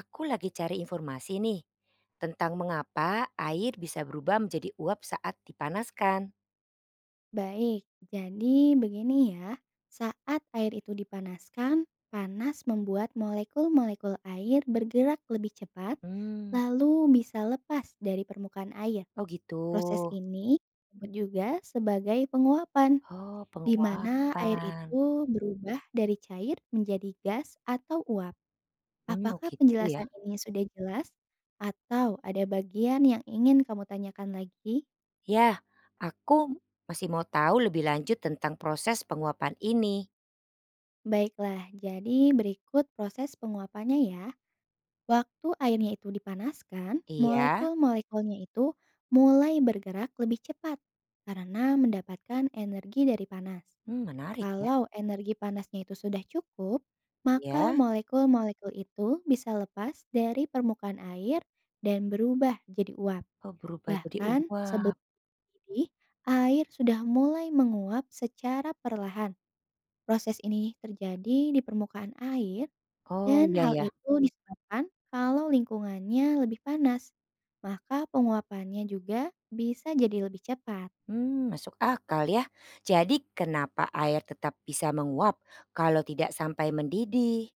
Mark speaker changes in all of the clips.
Speaker 1: Aku lagi cari informasi nih tentang mengapa air bisa berubah menjadi uap saat dipanaskan.
Speaker 2: Baik, jadi begini ya. Saat air itu dipanaskan, panas membuat molekul-molekul air bergerak lebih cepat,
Speaker 1: Hmm,
Speaker 2: lalu bisa lepas dari permukaan air.
Speaker 1: oh gitu.
Speaker 2: Proses ini disebut juga sebagai penguapan,
Speaker 1: Oh,
Speaker 2: di mana air
Speaker 1: penguapan.
Speaker 2: itu berubah dari cair menjadi gas atau uap.
Speaker 1: Oh
Speaker 2: Apakah
Speaker 1: gitu ya.
Speaker 2: penjelasan ini sudah jelas? Atau ada bagian yang ingin kamu tanyakan lagi?
Speaker 1: Ya, aku masih mau tahu lebih lanjut tentang proses penguapan ini.
Speaker 2: Baiklah, jadi berikut proses penguapannya ya. Waktu airnya itu dipanaskan,
Speaker 1: Iya.
Speaker 2: molekul-molekulnya itu mulai bergerak lebih cepat karena mendapatkan energi dari panas.
Speaker 1: Menarik ya.
Speaker 2: Kalau energi panasnya itu sudah cukup, maka
Speaker 1: Iya.
Speaker 2: molekul-molekul itu bisa lepas dari permukaan air dan berubah jadi uap.
Speaker 1: Oh, berubah jadi
Speaker 2: Bahkan sebelum
Speaker 1: uap.
Speaker 2: mendidih, air sudah mulai menguap secara perlahan. Proses ini terjadi di permukaan air
Speaker 1: Oh,
Speaker 2: dan
Speaker 1: iya
Speaker 2: hal
Speaker 1: ya.
Speaker 2: itu disebabkan kalau lingkungannya lebih panas, maka penguapannya juga bisa jadi lebih cepat.
Speaker 1: Masuk akal ya. Jadi kenapa air tetap bisa menguap kalau tidak sampai mendidih?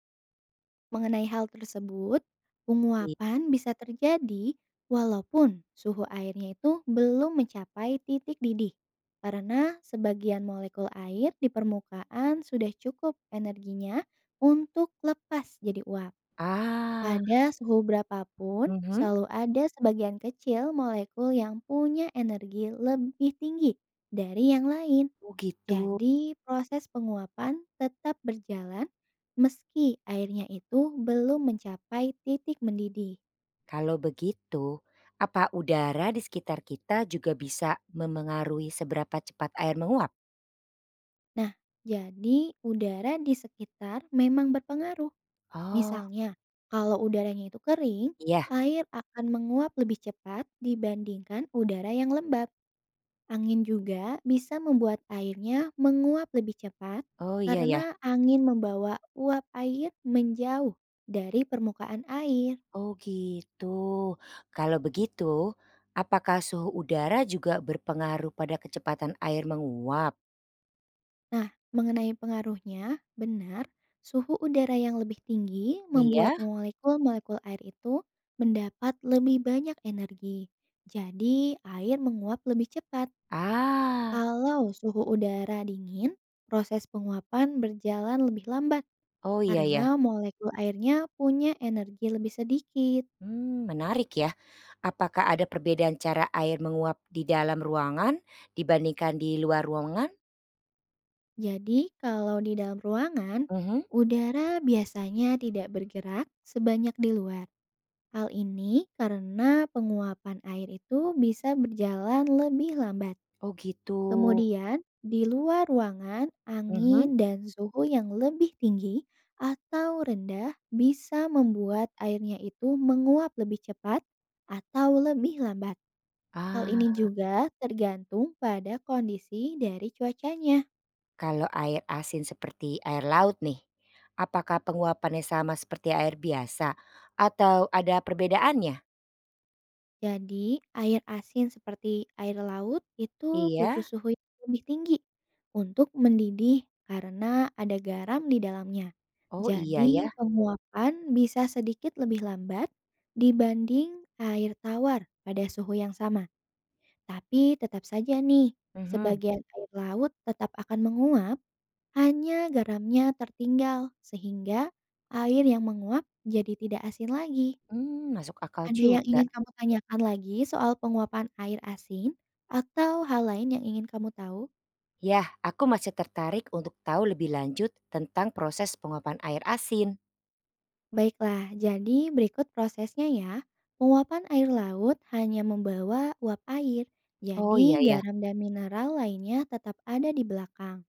Speaker 2: Mengenai hal tersebut, penguapan bisa terjadi walaupun suhu airnya itu belum mencapai titik didih. Karena sebagian molekul air di permukaan sudah cukup energinya untuk lepas jadi uap.
Speaker 1: Ah.
Speaker 2: Pada suhu berapapun,
Speaker 1: Mhm.
Speaker 2: selalu ada sebagian kecil molekul yang punya energi lebih tinggi dari yang lain.
Speaker 1: Oh gitu.
Speaker 2: Jadi, proses penguapan tetap berjalan meski airnya itu belum mencapai titik mendidih.
Speaker 1: Kalau begitu, apa udara di sekitar kita juga bisa memengaruhi seberapa cepat air menguap?
Speaker 2: Nah, jadi udara di sekitar memang berpengaruh.
Speaker 1: Oh.
Speaker 2: Misalnya, kalau udaranya itu kering,
Speaker 1: Iya.
Speaker 2: air akan menguap lebih cepat dibandingkan udara yang lembab. Angin juga bisa membuat airnya menguap lebih cepat
Speaker 1: Oh iya ya.
Speaker 2: karena angin membawa uap air menjauh dari permukaan air.
Speaker 1: Oh gitu. Kalau begitu, apakah suhu udara juga berpengaruh pada kecepatan air menguap?
Speaker 2: Nah, mengenai pengaruhnya, benar, suhu udara yang lebih tinggi membuat
Speaker 1: Iya?
Speaker 2: molekul-molekul air itu mendapat lebih banyak energi. Jadi, air menguap lebih cepat.
Speaker 1: Ah.
Speaker 2: Kalau suhu udara dingin, proses penguapan berjalan lebih lambat
Speaker 1: Oh iya
Speaker 2: karena
Speaker 1: ya.
Speaker 2: molekul airnya punya energi lebih sedikit.
Speaker 1: Menarik ya. Apakah ada perbedaan cara air menguap di dalam ruangan dibandingkan di luar ruangan?
Speaker 2: Jadi, kalau di dalam ruangan,
Speaker 1: Mhm.
Speaker 2: udara biasanya tidak bergerak sebanyak di luar. Hal ini karena penguapan air itu bisa berjalan lebih lambat.
Speaker 1: Oh gitu,
Speaker 2: Kemudian, di luar ruangan,
Speaker 1: mhm.
Speaker 2: angin dan suhu yang lebih tinggi atau rendah bisa membuat airnya itu menguap lebih cepat atau lebih lambat. Hal
Speaker 1: Ah,
Speaker 2: ini juga tergantung pada kondisi dari cuacanya.
Speaker 1: kalau air asin seperti air laut nih, apakah penguapannya sama seperti air biasa atau ada perbedaannya?
Speaker 2: Jadi, air asin seperti air laut itu butuh
Speaker 1: Iya?
Speaker 2: suhu yang lebih tinggi untuk mendidih karena ada garam di dalamnya.
Speaker 1: Oh iya ya,
Speaker 2: Jadi, penguapan bisa sedikit lebih lambat dibanding air tawar pada suhu yang sama. Tapi tetap saja nih,
Speaker 1: mhm.
Speaker 2: sebagian air laut tetap akan menguap. Hanya garamnya tertinggal, sehingga air yang menguap jadi tidak asin lagi.
Speaker 1: Mmm, masuk akal
Speaker 2: Ada yang
Speaker 1: juga.
Speaker 2: ingin kamu tanyakan lagi soal penguapan air asin atau hal lain yang ingin kamu tahu?
Speaker 1: Ya, aku masih tertarik untuk tahu lebih lanjut tentang proses penguapan air asin.
Speaker 2: Baiklah, jadi berikut prosesnya ya. Penguapan air laut hanya membawa uap air,
Speaker 1: Oh
Speaker 2: jadi
Speaker 1: iya ya,
Speaker 2: garam dan mineral lainnya tetap ada di belakang.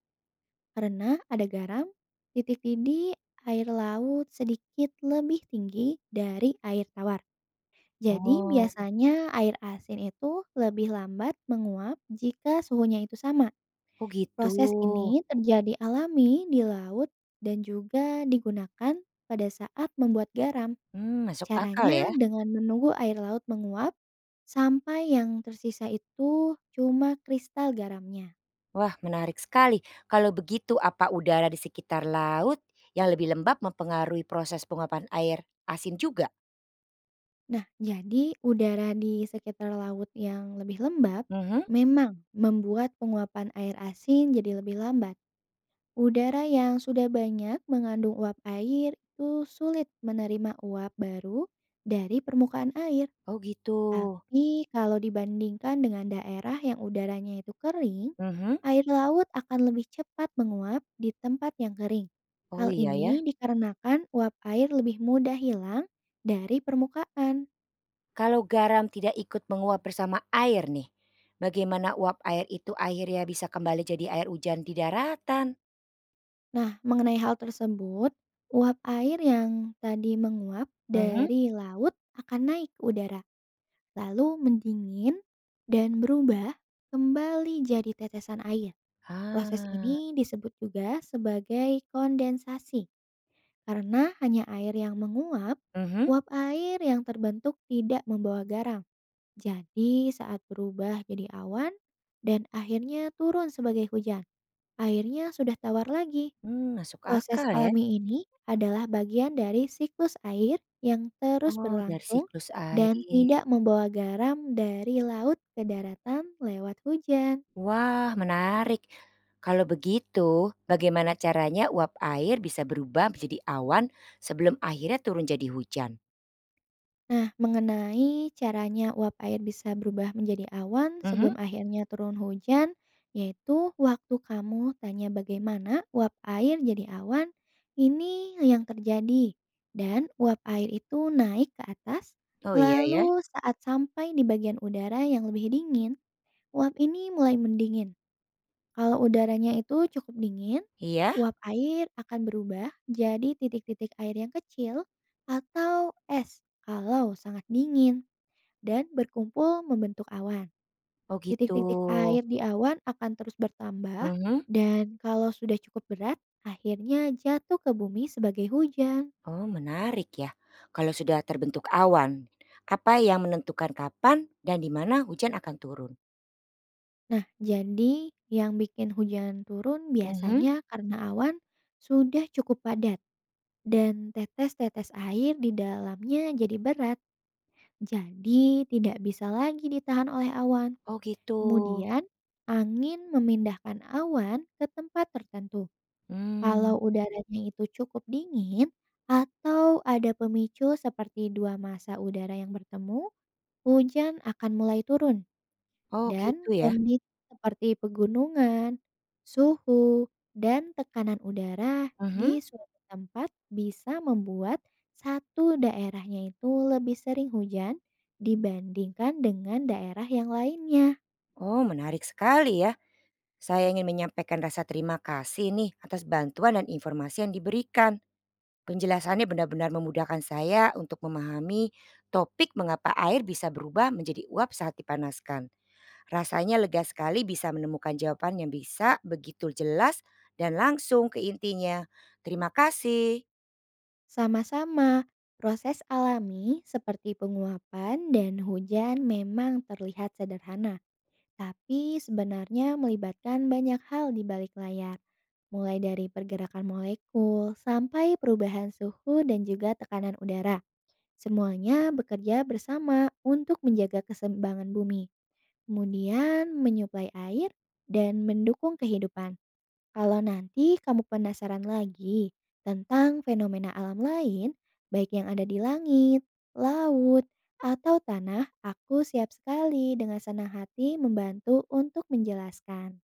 Speaker 2: Karena ada garam, titik didih air laut sedikit lebih tinggi dari air tawar. Jadi
Speaker 1: oh,
Speaker 2: biasanya air asin itu lebih lambat menguap jika suhunya itu sama.
Speaker 1: oh gitu.
Speaker 2: Proses ini terjadi alami di laut dan juga digunakan pada saat membuat garam.
Speaker 1: Masuk akal
Speaker 2: Caranya
Speaker 1: ya.
Speaker 2: dengan menunggu air laut menguap sampai yang tersisa itu cuma kristal garamnya.
Speaker 1: Wah, menarik sekali. Kalau begitu, apa udara di sekitar laut yang lebih lembab mempengaruhi proses penguapan air asin juga?
Speaker 2: Nah, jadi udara di sekitar laut yang lebih lembab
Speaker 1: Mhm.
Speaker 2: memang membuat penguapan air asin jadi lebih lambat. Udara yang sudah banyak mengandung uap air itu sulit menerima uap baru dari permukaan air.
Speaker 1: Oh gitu.
Speaker 2: Tapi kalau dibandingkan dengan daerah yang udaranya itu kering,
Speaker 1: Mhm.
Speaker 2: air laut akan lebih cepat menguap di tempat yang kering.
Speaker 1: Oh
Speaker 2: Hal
Speaker 1: iya ya.
Speaker 2: ini dikarenakan uap air lebih mudah hilang dari permukaan.
Speaker 1: Kalau garam tidak ikut menguap bersama air nih, bagaimana uap air itu akhirnya bisa kembali jadi air hujan di daratan?
Speaker 2: Nah, mengenai hal tersebut, uap air yang tadi menguap
Speaker 1: Mhm.
Speaker 2: dari laut akan naik ke udara, lalu mendingin dan berubah kembali jadi tetesan air. Proses
Speaker 1: Ah.
Speaker 2: ini disebut juga sebagai kondensasi karena hanya air yang menguap,
Speaker 1: Mhm.
Speaker 2: uap air yang terbentuk tidak membawa garam. Jadi saat berubah jadi awan dan akhirnya turun sebagai hujan, airnya sudah tawar lagi.
Speaker 1: Masuk
Speaker 2: Proses
Speaker 1: akal ya.
Speaker 2: alami ini adalah bagian dari siklus air yang terus
Speaker 1: Oh, dari
Speaker 2: berlangsung
Speaker 1: siklus
Speaker 2: dan
Speaker 1: air.
Speaker 2: tidak membawa garam dari laut ke daratan lewat hujan.
Speaker 1: Wah, menarik. Kalau begitu, bagaimana caranya uap air bisa berubah menjadi awan sebelum akhirnya turun jadi hujan?
Speaker 2: Nah, mengenai caranya uap air bisa berubah menjadi awan
Speaker 1: Mhm.
Speaker 2: sebelum akhirnya turun hujan, yaitu waktu kamu tanya bagaimana uap air jadi awan, ini yang terjadi. Dan uap air itu naik ke atas,
Speaker 1: Oh iya ya.
Speaker 2: lalu saat sampai di bagian udara yang lebih dingin, uap ini mulai mendingin. Kalau udaranya itu cukup dingin,
Speaker 1: Iya?
Speaker 2: uap air akan berubah jadi titik-titik air yang kecil atau es kalau sangat dingin dan berkumpul membentuk awan.
Speaker 1: Oh gitu.
Speaker 2: Titik-titik air di awan akan terus bertambah
Speaker 1: Mhm.
Speaker 2: dan kalau sudah cukup berat, akhirnya jatuh ke bumi sebagai hujan.
Speaker 1: Oh menarik ya. Kalau sudah terbentuk awan, apa yang menentukan kapan dan di mana hujan akan turun?
Speaker 2: Nah, jadi yang bikin hujan turun
Speaker 1: Mhm.
Speaker 2: biasanya karena awan sudah cukup padat dan tetes-tetes air di dalamnya jadi berat, jadi tidak bisa lagi ditahan oleh awan.
Speaker 1: Oh gitu.
Speaker 2: Kemudian, angin memindahkan awan ke tempat tertentu. Kalau
Speaker 1: Hmm.
Speaker 2: udaranya itu cukup dingin atau ada pemicu seperti dua massa udara yang bertemu, hujan akan mulai turun.
Speaker 1: Oh
Speaker 2: Dan
Speaker 1: gitu ya.
Speaker 2: kondisi seperti pegunungan, suhu, dan tekanan udara
Speaker 1: Mhm.
Speaker 2: di suatu tempat bisa membuat satu daerahnya itu lebih sering hujan dibandingkan dengan daerah yang lainnya.
Speaker 1: Oh menarik sekali ya. Saya ingin menyampaikan rasa terima kasih nih atas bantuan dan informasi yang diberikan. Penjelasannya benar-benar memudahkan saya untuk memahami topik mengapa air bisa berubah menjadi uap saat dipanaskan. Rasanya lega sekali bisa menemukan jawaban yang bisa begitu jelas dan langsung ke intinya. Terima kasih.
Speaker 2: Sama-sama, proses alami seperti penguapan dan hujan memang terlihat sederhana, tapi sebenarnya melibatkan banyak hal di balik layar, mulai dari pergerakan molekul sampai perubahan suhu dan juga tekanan udara. Semuanya bekerja bersama untuk menjaga keseimbangan bumi, kemudian menyuplai air dan mendukung kehidupan. Kalau nanti kamu penasaran lagi tentang fenomena alam lain, baik yang ada di langit, laut, atau tanah, aku siap sekali dengan senang hati membantu untuk menjelaskan.